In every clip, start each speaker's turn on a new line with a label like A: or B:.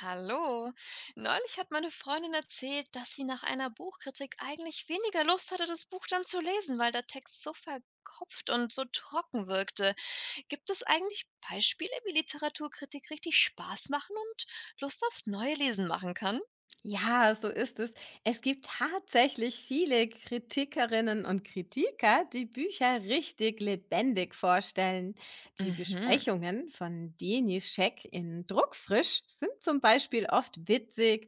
A: Hallo. Neulich hat meine Freundin erzählt, dass sie nach einer Buchkritik eigentlich weniger Lust hatte, das Buch dann zu lesen, weil der Text so verkopft und so trocken wirkte. Gibt es eigentlich Beispiele, wie Literaturkritik richtig Spaß machen und Lust aufs neue Lesen machen kann?
B: Ja, so ist es. Es gibt tatsächlich viele Kritikerinnen und Kritiker, die Bücher richtig lebendig vorstellen. Die
A: Mhm.
B: Besprechungen von Denischek in Druckfrisch sind zum Beispiel oft witzig,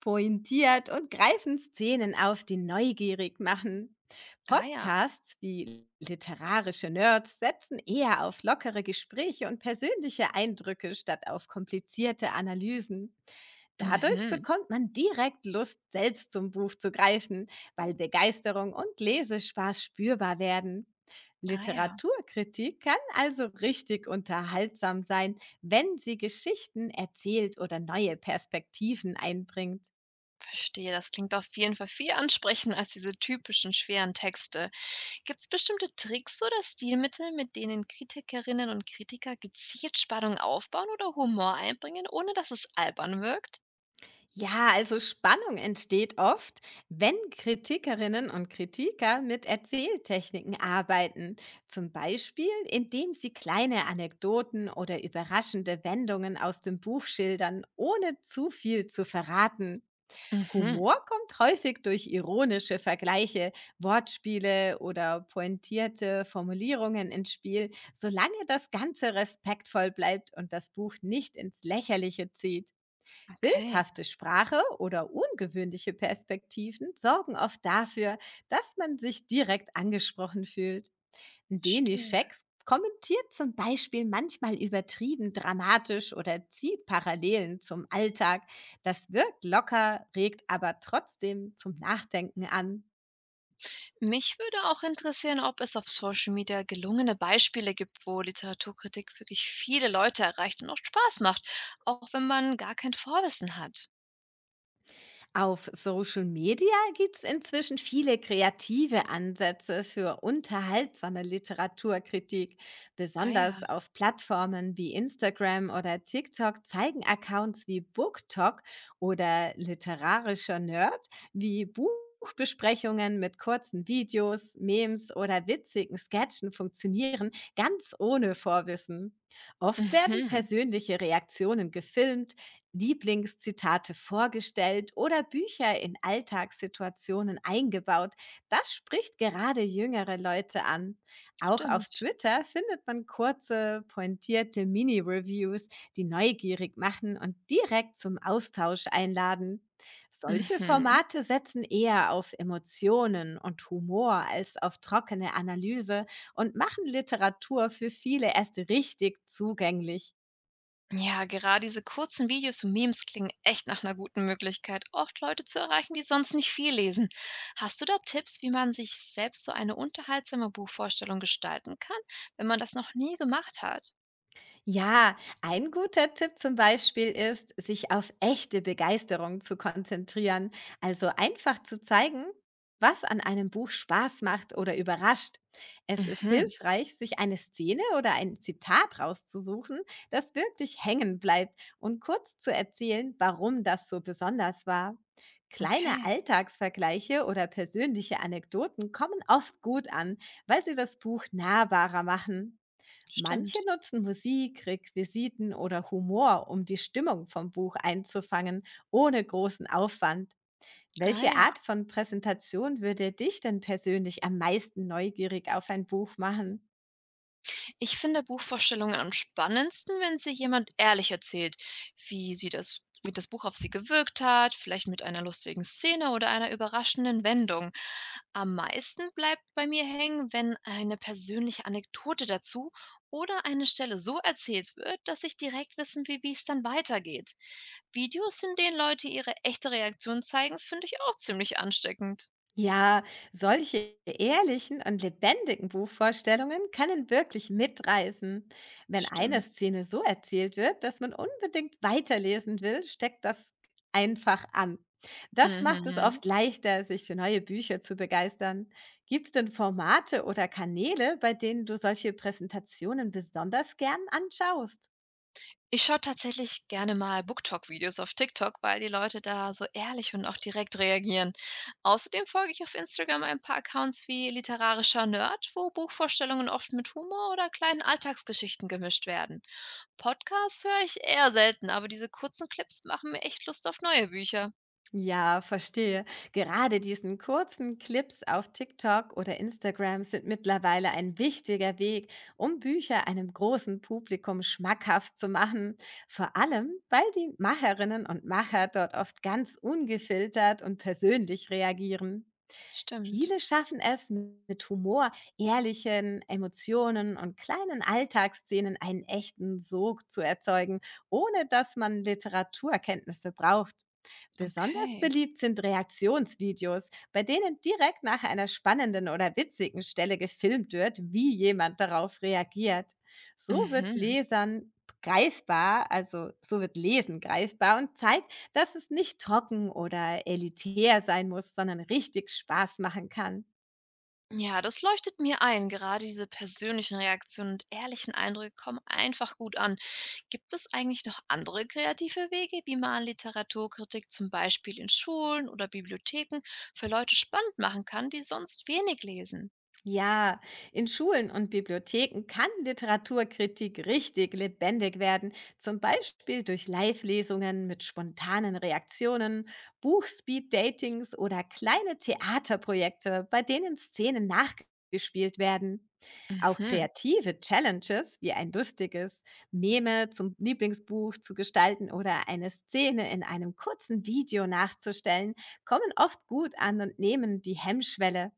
B: pointiert und greifen Szenen auf, die neugierig machen.
A: Ah ja.
B: Podcasts wie literarische Nerds setzen eher auf lockere Gespräche und persönliche Eindrücke statt auf komplizierte Analysen. Dadurch
A: Mhm.
B: bekommt man direkt Lust, selbst zum Buch zu greifen, weil Begeisterung und Lesespaß spürbar werden.
A: Ah ja.
B: Literaturkritik kann also richtig unterhaltsam sein, wenn sie Geschichten erzählt oder neue Perspektiven einbringt.
A: Verstehe. Das klingt auf jeden Fall viel ansprechender als diese typischen schweren Texte. Gibt es bestimmte Tricks oder Stilmittel, mit denen Kritikerinnen und Kritiker gezielt Spannung aufbauen oder Humor einbringen, ohne dass es albern wirkt?
B: Ja, also Spannung entsteht oft, wenn Kritikerinnen und Kritiker mit Erzähltechniken arbeiten. Zum Beispiel, indem sie kleine Anekdoten oder überraschende Wendungen aus dem Buch schildern, ohne zu viel zu verraten.
A: Mhm.
B: Humor kommt häufig durch ironische Vergleiche, Wortspiele oder pointierte Formulierungen ins Spiel, solange das Ganze respektvoll bleibt und das Buch nicht ins Lächerliche zieht.
A: Okay.
B: Bildhafte Sprache oder ungewöhnliche Perspektiven sorgen oft dafür, dass man sich direkt angesprochen fühlt.
A: Verstehe.
B: Denischek kommentiert zum Beispiel manchmal übertrieben dramatisch oder zieht Parallelen zum Alltag. Das wirkt locker, regt aber trotzdem zum Nachdenken an.
A: Mich würde auch interessieren, ob es auf Social Media gelungene Beispiele gibt, wo Literaturkritik wirklich viele Leute erreicht und auch Spaß macht, auch wenn man gar kein Vorwissen hat.
B: Auf Social Media gibt es inzwischen viele kreative Ansätze für unterhaltsame Literaturkritik.
A: Ah ja.
B: Besonders auf Plattformen wie Instagram oder TikTok zeigen Accounts wie BookTok oder literarischer Nerd, wie Buchbesprechungen mit kurzen Videos, Memes oder witzigen Sketchen funktionieren ganz ohne Vorwissen. Oft werden
A: Mhm.
B: persönliche Reaktionen gefilmt, Lieblingszitate vorgestellt oder Bücher in Alltagssituationen eingebaut. Das spricht gerade jüngere Leute an. Auch auf
A: Stimmt.
B: Twitter findet man kurze, pointierte Mini-Reviews, die neugierig machen und direkt zum Austausch einladen. Solche
A: Mhm.
B: Formate setzen eher auf Emotionen und Humor als auf trockene Analyse und machen Literatur für viele erst richtig zugänglich.
A: Ja, gerade diese kurzen Videos und Memes klingen echt nach einer guten Möglichkeit, oft Leute zu erreichen, die sonst nicht viel lesen. Hast du da Tipps, wie man sich selbst so eine unterhaltsame Buchvorstellung gestalten kann, wenn man das noch nie gemacht hat?
B: Ja, ein guter Tipp zum Beispiel ist, sich auf echte Begeisterung zu konzentrieren, also einfach zu zeigen, was an einem Buch Spaß macht oder überrascht. Es ist
A: Mhm.
B: hilfreich, sich eine Szene oder ein Zitat rauszusuchen, das wirklich hängen bleibt, und kurz zu erzählen, warum das so besonders war. Kleine
A: Okay.
B: Alltagsvergleiche oder persönliche Anekdoten kommen oft gut an, weil sie das Buch nahbarer machen. Manche
A: Stimmt.
B: nutzen Musik, Requisiten oder Humor, um die Stimmung vom Buch einzufangen, ohne großen Aufwand.
A: Ah
B: Welche
A: ja.
B: Art von Präsentation würde dich denn persönlich am meisten neugierig auf ein Buch machen?
A: Ich finde Buchvorstellungen am spannendsten, wenn sie jemand ehrlich erzählt, wie das Buch auf sie gewirkt hat, vielleicht mit einer lustigen Szene oder einer überraschenden Wendung. Am meisten bleibt bei mir hängen, wenn eine persönliche Anekdote dazu oder eine Stelle so erzählt wird, dass ich direkt wissen will, wie es dann weitergeht. Videos, in denen Leute ihre echte Reaktion zeigen, finde ich auch ziemlich ansteckend.
B: Ja, solche ehrlichen und lebendigen Buchvorstellungen können wirklich mitreißen. Wenn eine
A: Stimmt.
B: Szene so erzählt wird, dass man unbedingt weiterlesen will, steckt das einfach an. Das macht es
A: Mhm.
B: oft leichter, sich für neue Bücher zu begeistern. Gibt es denn Formate oder Kanäle, bei denen du solche Präsentationen besonders gern anschaust?
A: Ich schaue tatsächlich gerne mal BookTok-Videos auf TikTok, weil die Leute da so ehrlich und auch direkt reagieren. Außerdem folge ich auf Instagram ein paar Accounts wie Literarischer Nerd, wo Buchvorstellungen oft mit Humor oder kleinen Alltagsgeschichten gemischt werden. Podcasts höre ich eher selten, aber diese kurzen Clips machen mir echt Lust auf neue Bücher.
B: Ja, verstehe. Gerade diesen kurzen Clips auf TikTok oder Instagram sind mittlerweile ein wichtiger Weg, um Bücher einem großen Publikum schmackhaft zu machen. Vor allem, weil die Macherinnen und Macher dort oft ganz ungefiltert und persönlich reagieren.
A: Stimmt.
B: Viele schaffen es, mit Humor, ehrlichen Emotionen und kleinen Alltagsszenen einen echten Sog zu erzeugen, ohne dass man Literaturkenntnisse braucht. Besonders
A: Okay.
B: beliebt sind Reaktionsvideos, bei denen direkt nach einer spannenden oder witzigen Stelle gefilmt wird, wie jemand darauf reagiert. So wird
A: Mhm.
B: Lesern so wird Lesen greifbar und zeigt, dass es nicht trocken oder elitär sein muss, sondern richtig Spaß machen kann.
A: Ja, das leuchtet mir ein. Gerade diese persönlichen Reaktionen und ehrlichen Eindrücke kommen einfach gut an. Gibt es eigentlich noch andere kreative Wege, wie man Literaturkritik zum Beispiel in Schulen oder Bibliotheken für Leute spannend machen kann, die sonst wenig lesen?
B: Ja, in Schulen und Bibliotheken kann Literaturkritik richtig lebendig werden, zum Beispiel durch Live-Lesungen mit spontanen Reaktionen, Buchspeed-Datings oder kleine Theaterprojekte, bei denen Szenen nachgespielt werden. Auch
A: Mhm.
B: kreative Challenges, wie ein lustiges Meme zum Lieblingsbuch zu gestalten oder eine Szene in einem kurzen Video nachzustellen, kommen oft gut an und nehmen die Hemmschwelle.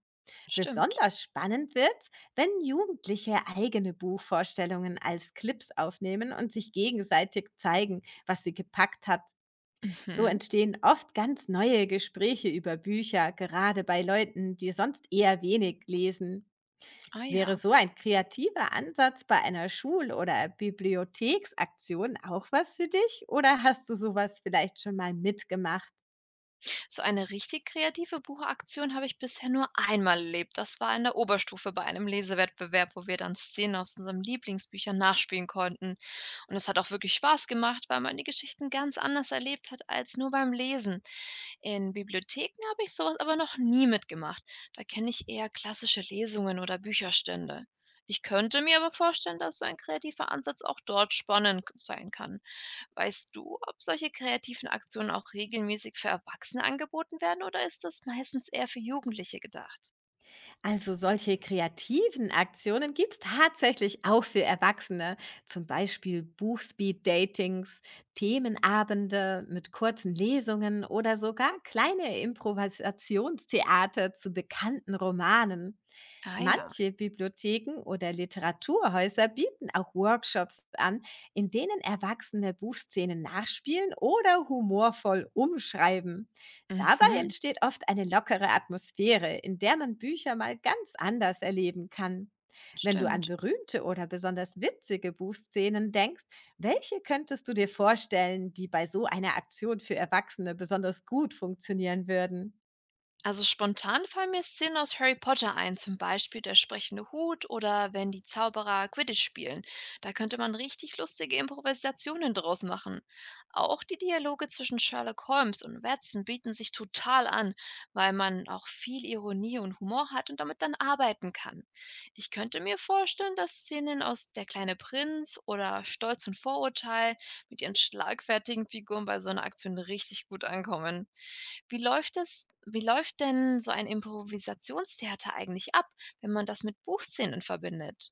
A: Stimmt.
B: Besonders spannend wird, wenn Jugendliche eigene Buchvorstellungen als Clips aufnehmen und sich gegenseitig zeigen, was sie gepackt hat. So
A: Mhm.
B: entstehen oft ganz neue Gespräche über Bücher, gerade bei Leuten, die sonst eher wenig lesen.
A: Ah
B: Wäre
A: ja.
B: so ein kreativer Ansatz bei einer Schul- oder Bibliotheksaktion auch was für dich? Oder hast du sowas vielleicht schon mal mitgemacht?
A: So eine richtig kreative Buchaktion habe ich bisher nur einmal erlebt. Das war in der Oberstufe bei einem Lesewettbewerb, wo wir dann Szenen aus unseren Lieblingsbüchern nachspielen konnten. Und es hat auch wirklich Spaß gemacht, weil man die Geschichten ganz anders erlebt hat als nur beim Lesen. In Bibliotheken habe ich sowas aber noch nie mitgemacht. Da kenne ich eher klassische Lesungen oder Bücherstände. Ich könnte mir aber vorstellen, dass so ein kreativer Ansatz auch dort spannend sein kann. Weißt du, ob solche kreativen Aktionen auch regelmäßig für Erwachsene angeboten werden oder ist das meistens eher für Jugendliche gedacht?
B: Also solche kreativen Aktionen gibt es tatsächlich auch für Erwachsene, zum Beispiel Buchspeed-Datings, Themenabende mit kurzen Lesungen oder sogar kleine Improvisationstheater zu bekannten Romanen.
A: Ah ja.
B: Manche Bibliotheken oder Literaturhäuser bieten auch Workshops an, in denen Erwachsene Buchszenen nachspielen oder humorvoll umschreiben. Dabei
A: Mhm.
B: entsteht oft eine lockere Atmosphäre, in der man Bücher mal ganz anders erleben kann. Wenn du an
A: Stimmt.
B: berühmte oder besonders witzige Buchszenen denkst, welche könntest du dir vorstellen, die bei so einer Aktion für Erwachsene besonders gut funktionieren würden?
A: Also spontan fallen mir Szenen aus Harry Potter ein, zum Beispiel der sprechende Hut oder wenn die Zauberer Quidditch spielen. Da könnte man richtig lustige Improvisationen draus machen. Auch die Dialoge zwischen Sherlock Holmes und Watson bieten sich total an, weil man auch viel Ironie und Humor hat und damit dann arbeiten kann. Ich könnte mir vorstellen, dass Szenen aus Der kleine Prinz oder Stolz und Vorurteil mit ihren schlagfertigen Figuren bei so einer Aktion richtig gut ankommen. Wie läuft denn so ein Improvisationstheater eigentlich ab, wenn man das mit Buchszenen verbindet?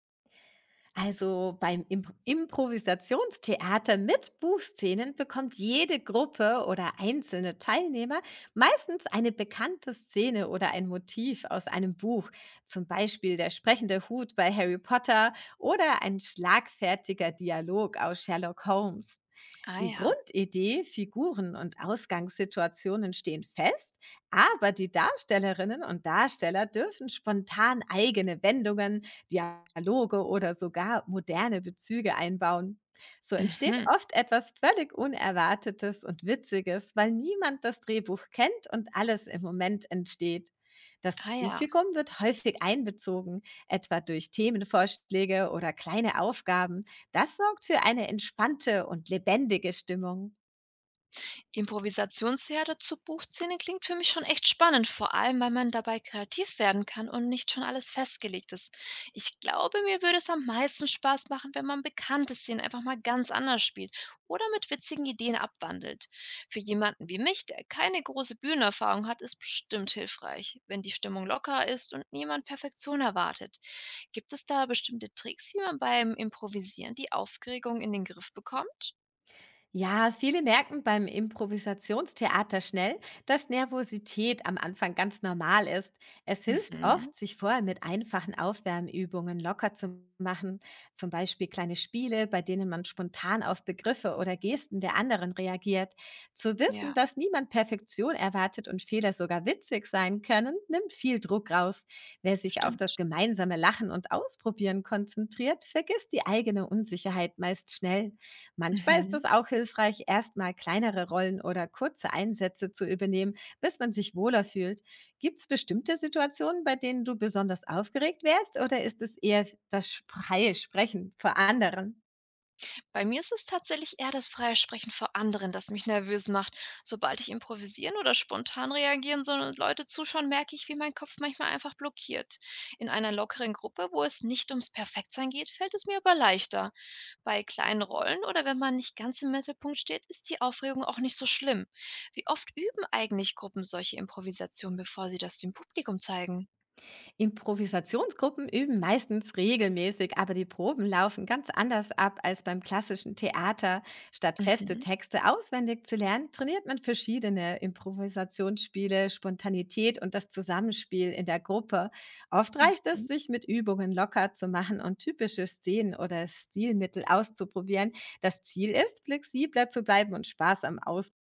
B: Also beim Improvisationstheater mit Buchszenen bekommt jede Gruppe oder einzelne Teilnehmer meistens eine bekannte Szene oder ein Motiv aus einem Buch, zum Beispiel der sprechende Hut bei Harry Potter oder ein schlagfertiger Dialog aus Sherlock Holmes.
A: Ah
B: Die
A: ja.
B: Grundidee, Figuren und Ausgangssituationen stehen fest, aber die Darstellerinnen und Darsteller dürfen spontan eigene Wendungen, Dialoge oder sogar moderne Bezüge einbauen. So entsteht
A: Mhm.
B: oft etwas völlig Unerwartetes und Witziges, weil niemand das Drehbuch kennt und alles im Moment entsteht. Das
A: Ah ja.
B: Publikum wird häufig einbezogen, etwa durch Themenvorschläge oder kleine Aufgaben, das sorgt für eine entspannte und lebendige Stimmung.
A: Improvisationsherde zur Buchszene klingt für mich schon echt spannend, vor allem weil man dabei kreativ werden kann und nicht schon alles festgelegt ist. Ich glaube, mir würde es am meisten Spaß machen, wenn man bekannte Szenen einfach mal ganz anders spielt oder mit witzigen Ideen abwandelt. Für jemanden wie mich, der keine große Bühnenerfahrung hat, ist bestimmt hilfreich, wenn die Stimmung locker ist und niemand Perfektion erwartet. Gibt es da bestimmte Tricks, wie man beim Improvisieren die Aufregung in den Griff bekommt?
B: Ja, viele merken beim Improvisationstheater schnell, dass Nervosität am Anfang ganz normal ist. Es hilft
A: Mhm.
B: oft, sich vorher mit einfachen Aufwärmübungen locker zu machen, zum Beispiel kleine Spiele, bei denen man spontan auf Begriffe oder Gesten der anderen reagiert. Zu wissen,
A: Ja.
B: dass niemand Perfektion erwartet und Fehler sogar witzig sein können, nimmt viel Druck raus. Wer sich auf das
A: Stimmt.
B: gemeinsame Lachen und Ausprobieren konzentriert, vergisst die eigene Unsicherheit meist schnell. Manchmal ist
A: Mhm.
B: es auch hilfreich, erstmal kleinere Rollen oder kurze Einsätze zu übernehmen, bis man sich wohler fühlt. Gibt es bestimmte Situationen, bei denen du besonders aufgeregt wärst, oder ist es eher das freie Sprechen vor anderen?
A: Bei mir ist es tatsächlich eher das freie Sprechen vor anderen, das mich nervös macht. Sobald ich improvisieren oder spontan reagieren soll und Leute zuschauen, merke ich, wie mein Kopf manchmal einfach blockiert. In einer lockeren Gruppe, wo es nicht ums Perfektsein geht, fällt es mir aber leichter. Bei kleinen Rollen oder wenn man nicht ganz im Mittelpunkt steht, ist die Aufregung auch nicht so schlimm. Wie oft üben eigentlich Gruppen solche Improvisationen, bevor sie das dem Publikum zeigen?
B: Improvisationsgruppen üben meistens regelmäßig, aber die Proben laufen ganz anders ab als beim klassischen Theater. Statt feste
A: Mhm.
B: Texte auswendig zu lernen, trainiert man verschiedene Improvisationsspiele, Spontanität und das Zusammenspiel in der Gruppe. Oft reicht es, sich mit Übungen locker zu machen und typische Szenen oder Stilmittel auszuprobieren. Das Ziel ist, flexibler zu bleiben und Spaß am Ausprobieren